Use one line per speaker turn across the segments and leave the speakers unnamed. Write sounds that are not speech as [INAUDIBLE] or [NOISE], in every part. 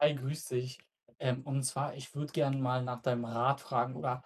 Hi, grüß dich. Und zwar, ich würde gerne mal nach deinem Rat fragen oder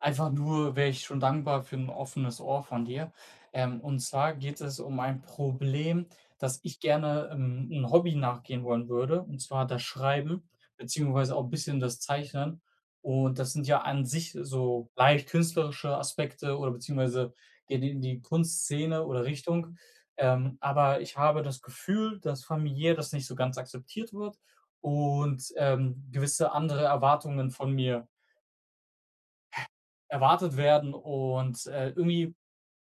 einfach nur wäre ich schon dankbar für ein offenes Ohr von dir. Und zwar geht es um ein Problem, dass ich gerne, 'n Hobby nachgehen wollen würde, und zwar das Schreiben beziehungsweise auch ein bisschen das Zeichnen. Und das sind ja an sich so leicht künstlerische Aspekte oder beziehungsweise gehen in die Kunstszene oder Richtung. Aber ich habe das Gefühl, dass familiär das nicht so ganz akzeptiert wird und, gewisse andere Erwartungen von mir erwartet werden und, irgendwie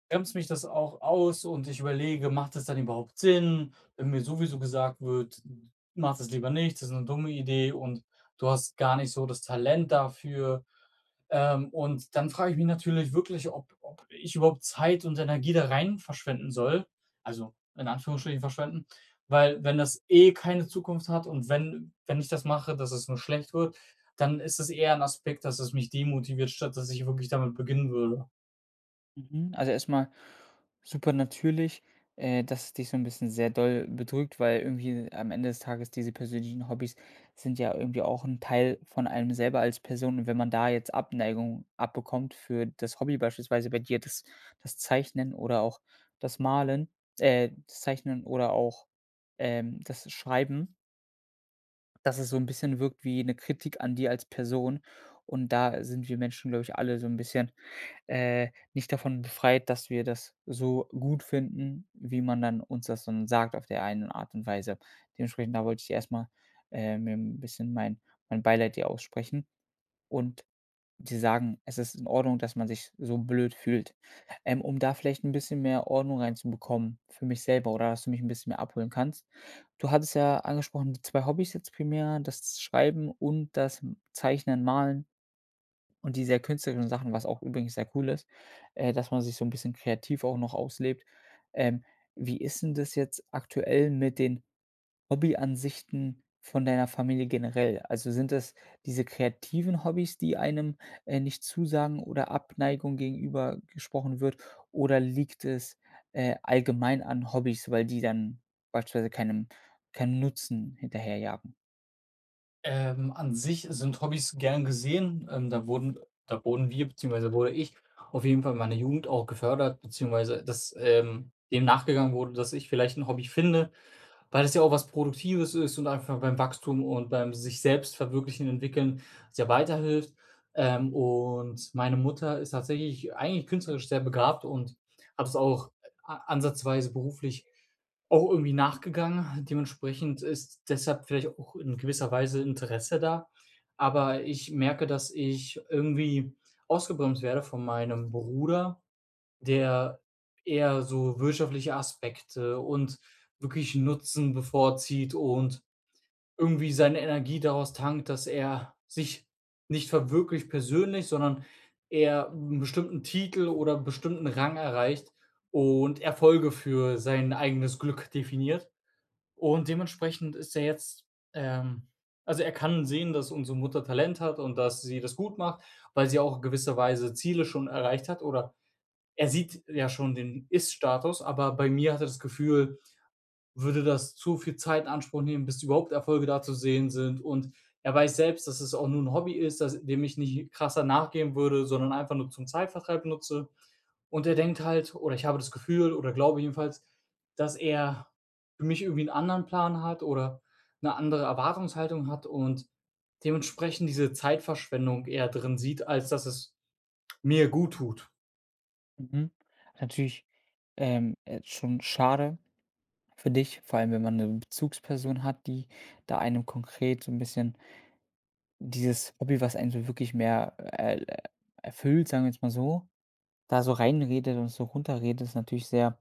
bremst mich das auch aus und ich überlege, macht das dann überhaupt Sinn, wenn mir sowieso gesagt wird: „Mach das lieber nicht, das ist eine dumme Idee und du hast gar nicht so das Talent dafür.“ Und dann frage ich mich natürlich wirklich, ob ich überhaupt Zeit und Energie da rein verschwenden soll, also in Anführungsstrichen verschwenden, weil wenn das eh keine Zukunft hat und wenn ich das mache, dass es nur schlecht wird, dann ist es eher ein Aspekt, dass es mich demotiviert, statt dass ich wirklich damit beginnen würde.
Mhm. Also erstmal super natürlich, dass es dich so ein bisschen sehr doll bedrückt, weil irgendwie am Ende des Tages diese persönlichen Hobbys sind ja irgendwie auch ein Teil von einem selber als Person. Und wenn man da jetzt Abneigung abbekommt für das Hobby, beispielsweise bei dir das Zeichnen oder auch das Malen, das Zeichnen oder auch, das Schreiben, dass es so ein bisschen wirkt wie eine Kritik an dir als Person. Und da sind wir Menschen, glaube ich, alle so ein bisschen nicht davon befreit, dass wir das so gut finden, wie man dann uns das dann sagt auf der einen Art und Weise. Dementsprechend, da wollte ich erstmal mir ein bisschen mein Beileid dir aussprechen und dir sagen, es ist in Ordnung, dass man sich so blöd fühlt. Um da vielleicht ein bisschen mehr Ordnung reinzubekommen für mich selber oder dass du mich ein bisschen mehr abholen kannst. Du hattest ja angesprochen, die 2 Hobbys jetzt primär, das Schreiben und das Zeichnen, Malen und die sehr künstlerischen Sachen, was auch übrigens sehr cool ist, dass man sich so ein bisschen kreativ auch noch auslebt. Ähm, wie ist denn das jetzt aktuell mit den Hobbyansichten von deiner Familie generell? Also, sind das diese kreativen Hobbys, die einem, nicht zusagen oder Abneigung gegenüber gesprochen wird, oder liegt es, allgemein an Hobbys, weil die dann beispielsweise keinem Nutzen hinterherjagen?
An sich sind Hobbys gern gesehen. Da wurden wir beziehungsweise wurde ich auf jeden Fall in meiner Jugend auch gefördert, beziehungsweise dass, dem nachgegangen wurde, dass ich vielleicht ein Hobby finde, weil das ja auch was Produktives ist und einfach beim Wachstum und beim sich selbst verwirklichen, entwickeln sehr weiterhilft. Und meine Mutter ist tatsächlich eigentlich künstlerisch sehr begabt und hat es auch ansatzweise beruflich auch irgendwie nachgegangen. Dementsprechend ist deshalb vielleicht auch in gewisser Weise Interesse da. Aber ich merke, dass ich irgendwie ausgebremst werde von meinem Bruder, der eher so wirtschaftliche Aspekte und wirklich Nutzen bevorzieht und irgendwie seine Energie daraus tankt, dass er sich nicht verwirklicht persönlich, sondern er 'n bestimmten Titel oder 'n bestimmten Rang erreicht und Erfolge für sein eigenes Glück definiert. Und dementsprechend ist er jetzt, ähm also, er kann sehen, dass unsere Mutter Talent hat und dass sie das gut macht, weil sie auch in gewisser Weise Ziele schon erreicht hat oder er sieht ja schon den Ist-Status, aber bei mir hat er das Gefühl, würde das zu viel Zeit in Anspruch nehmen, bis überhaupt Erfolge da zu sehen sind. Und er weiß selbst, dass es auch nur ein Hobby ist, dass, dem ich nicht krasser nachgehen würde, sondern einfach nur zum Zeitvertreib nutze. Und er denkt halt, oder ich habe das Gefühl, oder glaube jedenfalls, dass er für mich irgendwie einen anderen Plan hat oder eine andere Erwartungshaltung hat und dementsprechend diese Zeitverschwendung eher drin sieht, als dass es mir gut tut.
Mhm. Natürlich, schon schade. Für dich, vor allem wenn man eine Bezugsperson hat, die da einem konkret so ein bisschen dieses Hobby, was einen so wirklich mehr, erfüllt, sagen wir jetzt mal so, da so reinredet und so runterredet, ist natürlich sehr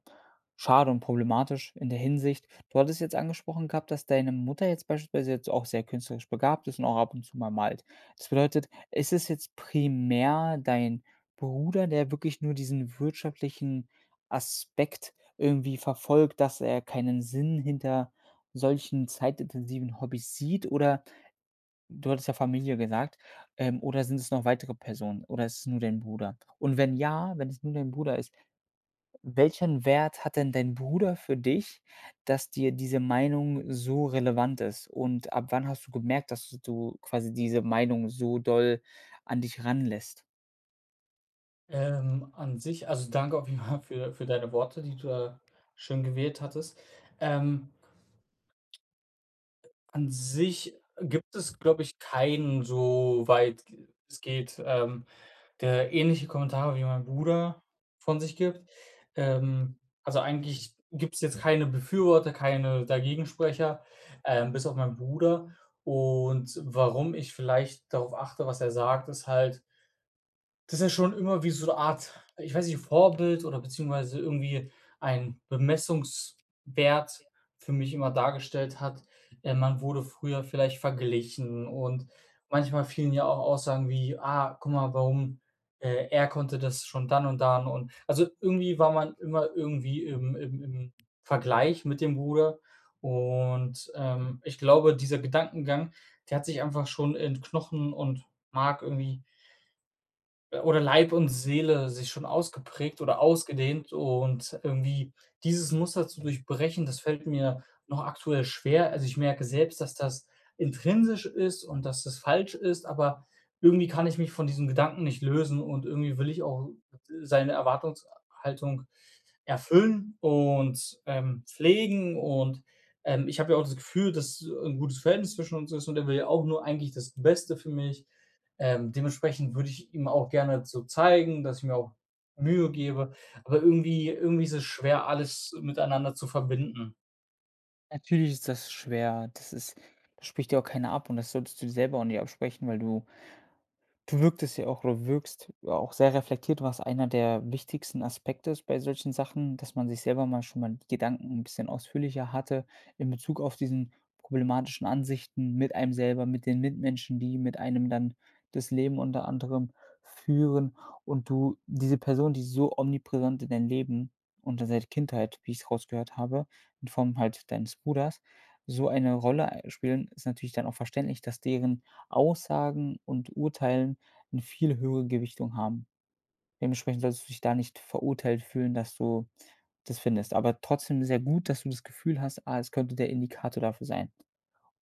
schade und problematisch in der Hinsicht. Du hattest jetzt angesprochen gehabt, dass deine Mutter jetzt beispielsweise jetzt auch sehr künstlerisch begabt ist und auch ab und zu mal malt. Das bedeutet, ist es jetzt primär dein Bruder, der wirklich nur diesen wirtschaftlichen Aspekt irgendwie verfolgt, dass er keinen Sinn hinter solchen zeitintensiven Hobbys sieht? Oder du hattest ja Familie gesagt, oder sind es noch weitere Personen oder ist es nur dein Bruder? Und wenn ja, wenn es nur dein Bruder ist, welchen Wert hat denn dein Bruder für dich, dass dir diese Meinung so relevant ist? Und ab wann hast du gemerkt, dass du quasi diese Meinung so doll an dich ranlässt?
An sich also, danke auf jeden Fall für deine Worte, die du da schön gewählt hattest. Ähm, an sich gibt es, glaube ich, keinen so weit es geht, der ähnliche Kommentare wie mein Bruder von sich gibt. Also, eigentlich gibt es jetzt keine Befürworter, keine Dagegensprecher, bis auf meinen Bruder. Und warum ich vielleicht darauf achte, was er sagt, ist halt das ist ja schon immer wie so eine Art, ich weiß nicht, Vorbild oder beziehungsweise irgendwie ein Bemessungswert für mich immer dargestellt hat. Man wurde früher vielleicht verglichen und manchmal fielen ja auch Aussagen wie: „Ah, guck mal, warum, er konnte das schon dann und dann“ und also, irgendwie war man immer irgendwie im Vergleich mit dem Bruder und, ich glaube, dieser Gedankengang, der hat sich einfach schon in Knochen und Mark irgendwie oder Leib und Seele sich schon ausgeprägt oder ausgedehnt und irgendwie dieses Muster zu durchbrechen, das fällt mir noch aktuell schwer. Also, ich merke selbst, dass das intrinsisch ist und dass das falsch ist, aber irgendwie kann ich mich von diesem Gedanken nicht lösen und irgendwie will ich auch seine Erwartungshaltung erfüllen und, pflegen und, ich habe ja auch das Gefühl, dass ein gutes Verhältnis zwischen uns ist und er will ja auch nur eigentlich das Beste für mich. Dementsprechend würde ich ihm auch gerne so zeigen, dass ich mir auch Mühe gebe, aber irgendwie ist es schwer, alles miteinander zu verbinden.
Natürlich ist das schwer. Das spricht dir auch keiner ab, und das solltest du dir selber auch nicht absprechen, weil du wirktest ja auch oder wirkst ja auch sehr reflektiert, was einer der wichtigsten Aspekte ist bei solchen Sachen, dass man sich selber mal schon mal die Gedanken ein bisschen ausführlicher hatte in Bezug auf diesen problematischen Ansichten mit einem selber, mit den Mitmenschen, die mit einem dann das Leben unter anderem führen, und du diese Person, die so omnipräsent in dein Leben und dann seit Kindheit, wie ich es rausgehört habe, in Form halt deines Bruders, so eine Rolle spielen, ist natürlich dann auch verständlich, dass deren Aussagen und Urteilen 'ne viel höhere Gewichtung haben. Dementsprechend sollst du dich da nicht verurteilt fühlen, dass du das findest. Aber trotzdem sehr gut, dass du das Gefühl hast: „Ah, es könnte der Indikator dafür sein.“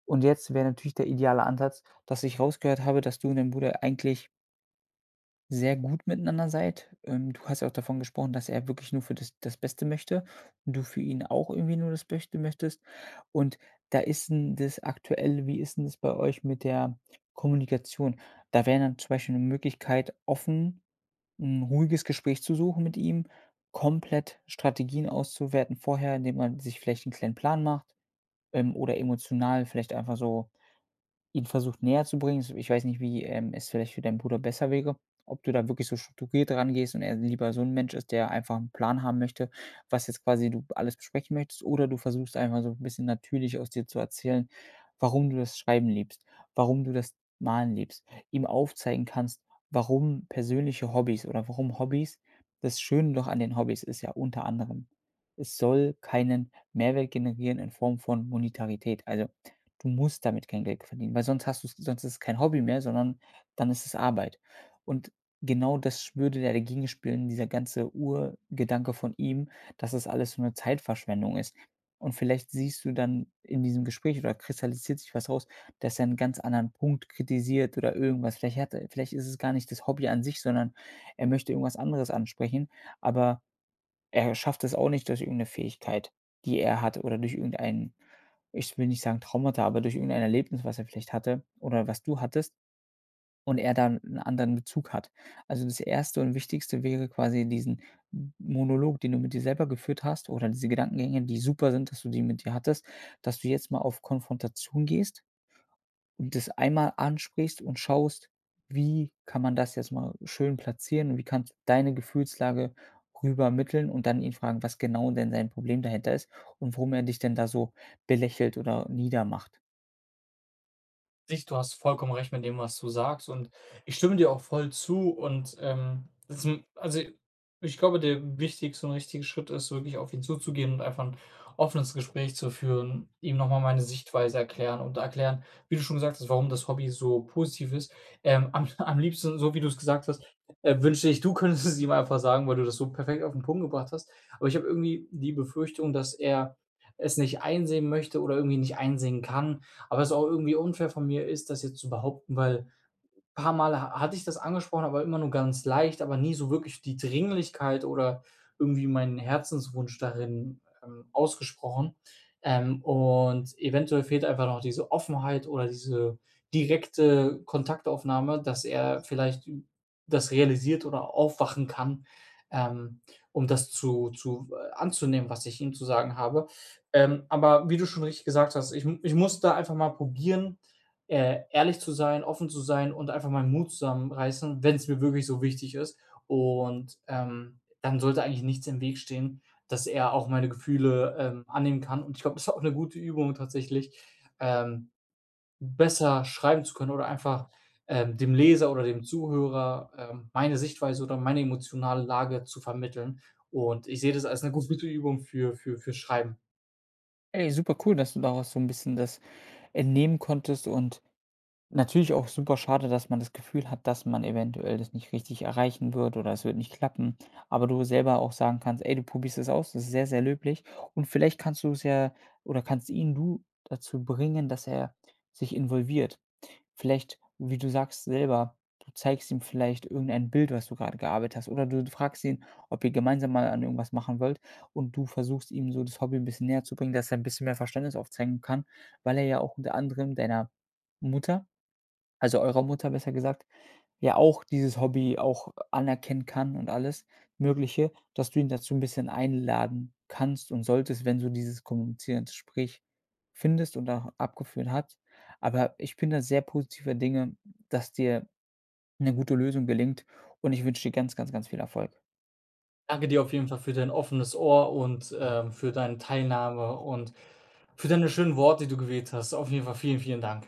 Und jetzt wäre natürlich der ideale Ansatz, dass ich rausgehört habe, dass du und dein Bruder eigentlich sehr gut miteinander seid. Du hast ja auch davon gesprochen, dass er wirklich nur für das Beste möchte und du für ihn auch irgendwie nur das Beste möchtest. Und da ist 'n das aktuell, wie ist 'n das bei euch mit der Kommunikation? Da wäre dann zum Beispiel 'ne Möglichkeit offen, ein ruhiges Gespräch zu suchen mit ihm, komplett Strategien auszuwerten vorher, indem man sich vielleicht einen kleinen Plan macht, oder emotional vielleicht einfach so ihn versucht näher zu bringen. Ich weiß nicht, wie, es vielleicht für deinen Bruder besser wäre, ob du da wirklich so strukturiert rangehst und er lieber so ein Mensch ist, der einfach einen Plan haben möchte, was jetzt quasi du alles besprechen möchtest, oder du versuchst einfach so ein bisschen natürlich aus dir zu erzählen, warum du das Schreiben liebst, warum du das Malen liebst, ihm aufzeigen kannst, warum persönliche Hobbys oder warum Hobbys, das Schöne doch an den Hobbys ist ja unter anderem, es soll keinen Mehrwert generieren in Form von Monetarität. Also du musst damit kein Geld verdienen, weil sonst hast du, sonst ist es kein Hobby mehr, sondern dann ist es Arbeit. Und genau das würde ja dagegen spielen, dieser ganze Urgedanke von ihm, dass das alles so 'ne Zeitverschwendung ist. Und vielleicht siehst du dann in diesem Gespräch oder kristallisiert sich was raus, dass er 'n ganz anderen Punkt kritisiert oder irgendwas. Vielleicht hat er, vielleicht ist es gar nicht das Hobby an sich, sondern er möchte irgendwas anderes ansprechen, aber er schafft es auch nicht durch irgendeine Fähigkeit, die er hat oder durch irgendein, ich will nicht sagen Traumata, aber durch irgendein Erlebnis, was er vielleicht hatte oder was du hattest, und er dann einen anderen Bezug hat. Also, das Erste und Wichtigste wäre quasi diesen Monolog, den du mit dir selber geführt hast oder diese Gedankengänge, die super sind, dass du die mit dir hattest, dass du jetzt mal auf Konfrontation gehst und das einmal ansprichst und schaust, wie kann man das jetzt mal schön platzieren und wie kannst du deine Gefühlslage rübermitteln und dann ihn fragen, was genau denn sein Problem dahinter ist und warum er dich denn da so belächelt oder niedermacht.
Dich, du hast vollkommen recht mit dem, was du sagst und ich stimme dir auch voll zu und, das m also, ich glaube, der wichtigste und richtige Schritt ist, wirklich auf ihn zuzugehen und einfach ein offenes Gespräch zu führen, ihm noch mal meine Sichtweise erklären und erklären, wie du schon gesagt hast, warum das Hobby so positiv ist. Am [LAUGHS] am liebsten, so wie du es gesagt hast, wünschte ich, du [LAUGHS] könntest es ihm einfach sagen, weil du das so perfekt auf den Punkt gebracht hast. Aber ich habe irgendwie die Befürchtung, dass er es nicht einsehen möchte oder irgendwie nicht einsehen kann, aber es auch irgendwie unfair von mir ist, das jetzt zu behaupten, weil Paar Mal ha hatte ich das angesprochen, aber immer nur ganz leicht, aber nie so wirklich die Dringlichkeit oder irgendwie meinen Herzenswunsch darin, ausgesprochen. Und eventuell fehlt einfach noch diese Offenheit oder diese direkte Kontaktaufnahme, dass er vielleicht das realisiert oder aufwachen kann, ähm, um das zu anzunehmen, was ich ihm zu sagen habe. Aber wie du schon richtig gesagt hast, ich muss da einfach mal probieren, ehrlich zu sein, offen zu sein und einfach meinen Mut zusammenreißen, wenn es mir wirklich so wichtig ist. Und, dann sollte eigentlich nichts im Weg stehen, dass er auch meine Gefühle, annehmen kann. Und ich glaube, das ist auch eine gute Übung tatsächlich, ähm, besser schreiben zu können oder einfach, dem Leser oder dem Zuhörer, meine Sichtweise oder meine emotionale Lage zu vermitteln. Und ich sehe das als eine gute Übung für Schreiben.
Ey, super cool, dass du daraus so ein bisschen das entnehmen konntest, und natürlich auch super schade, dass man das Gefühl hat, dass man eventuell das nicht richtig erreichen wird oder es wird nicht klappen. Aber du selber auch sagen kannst: „Ey, du probierst es aus.“ Das ist sehr, sehr löblich. Und vielleicht kannst du es ja oder kannst ihn du dazu bringen, dass er sich involviert. Vielleicht, wie du sagst selber, du zeigst ihm vielleicht irgendein Bild, was du gerade gearbeitet hast, oder du fragst ihn, ob ihr gemeinsam mal an irgendwas machen wollt, und du versuchst ihm so das Hobby ein bisschen näherzubringen, dass er ein bisschen mehr Verständnis aufzeigen kann, weil er ja auch unter anderem deiner Mutter, also eurer Mutter besser gesagt, ja auch dieses Hobby auch anerkennen kann und alles Mögliche, dass du ihn dazu ein bisschen einladen kannst und solltest, wenn du dieses kommunizierende Gespräch findest und auch abgeführt hat. Aber ich bin da sehr positiver Dinge, dass dir eine gute Lösung gelingt und ich wünsche dir ganz, ganz, ganz viel Erfolg.
Danke dir auf jeden Fall für dein offenes Ohr und, für deine Teilnahme und für deine schönen Worte, die du gewählt hast. Auf jeden Fall vielen, vielen Dank.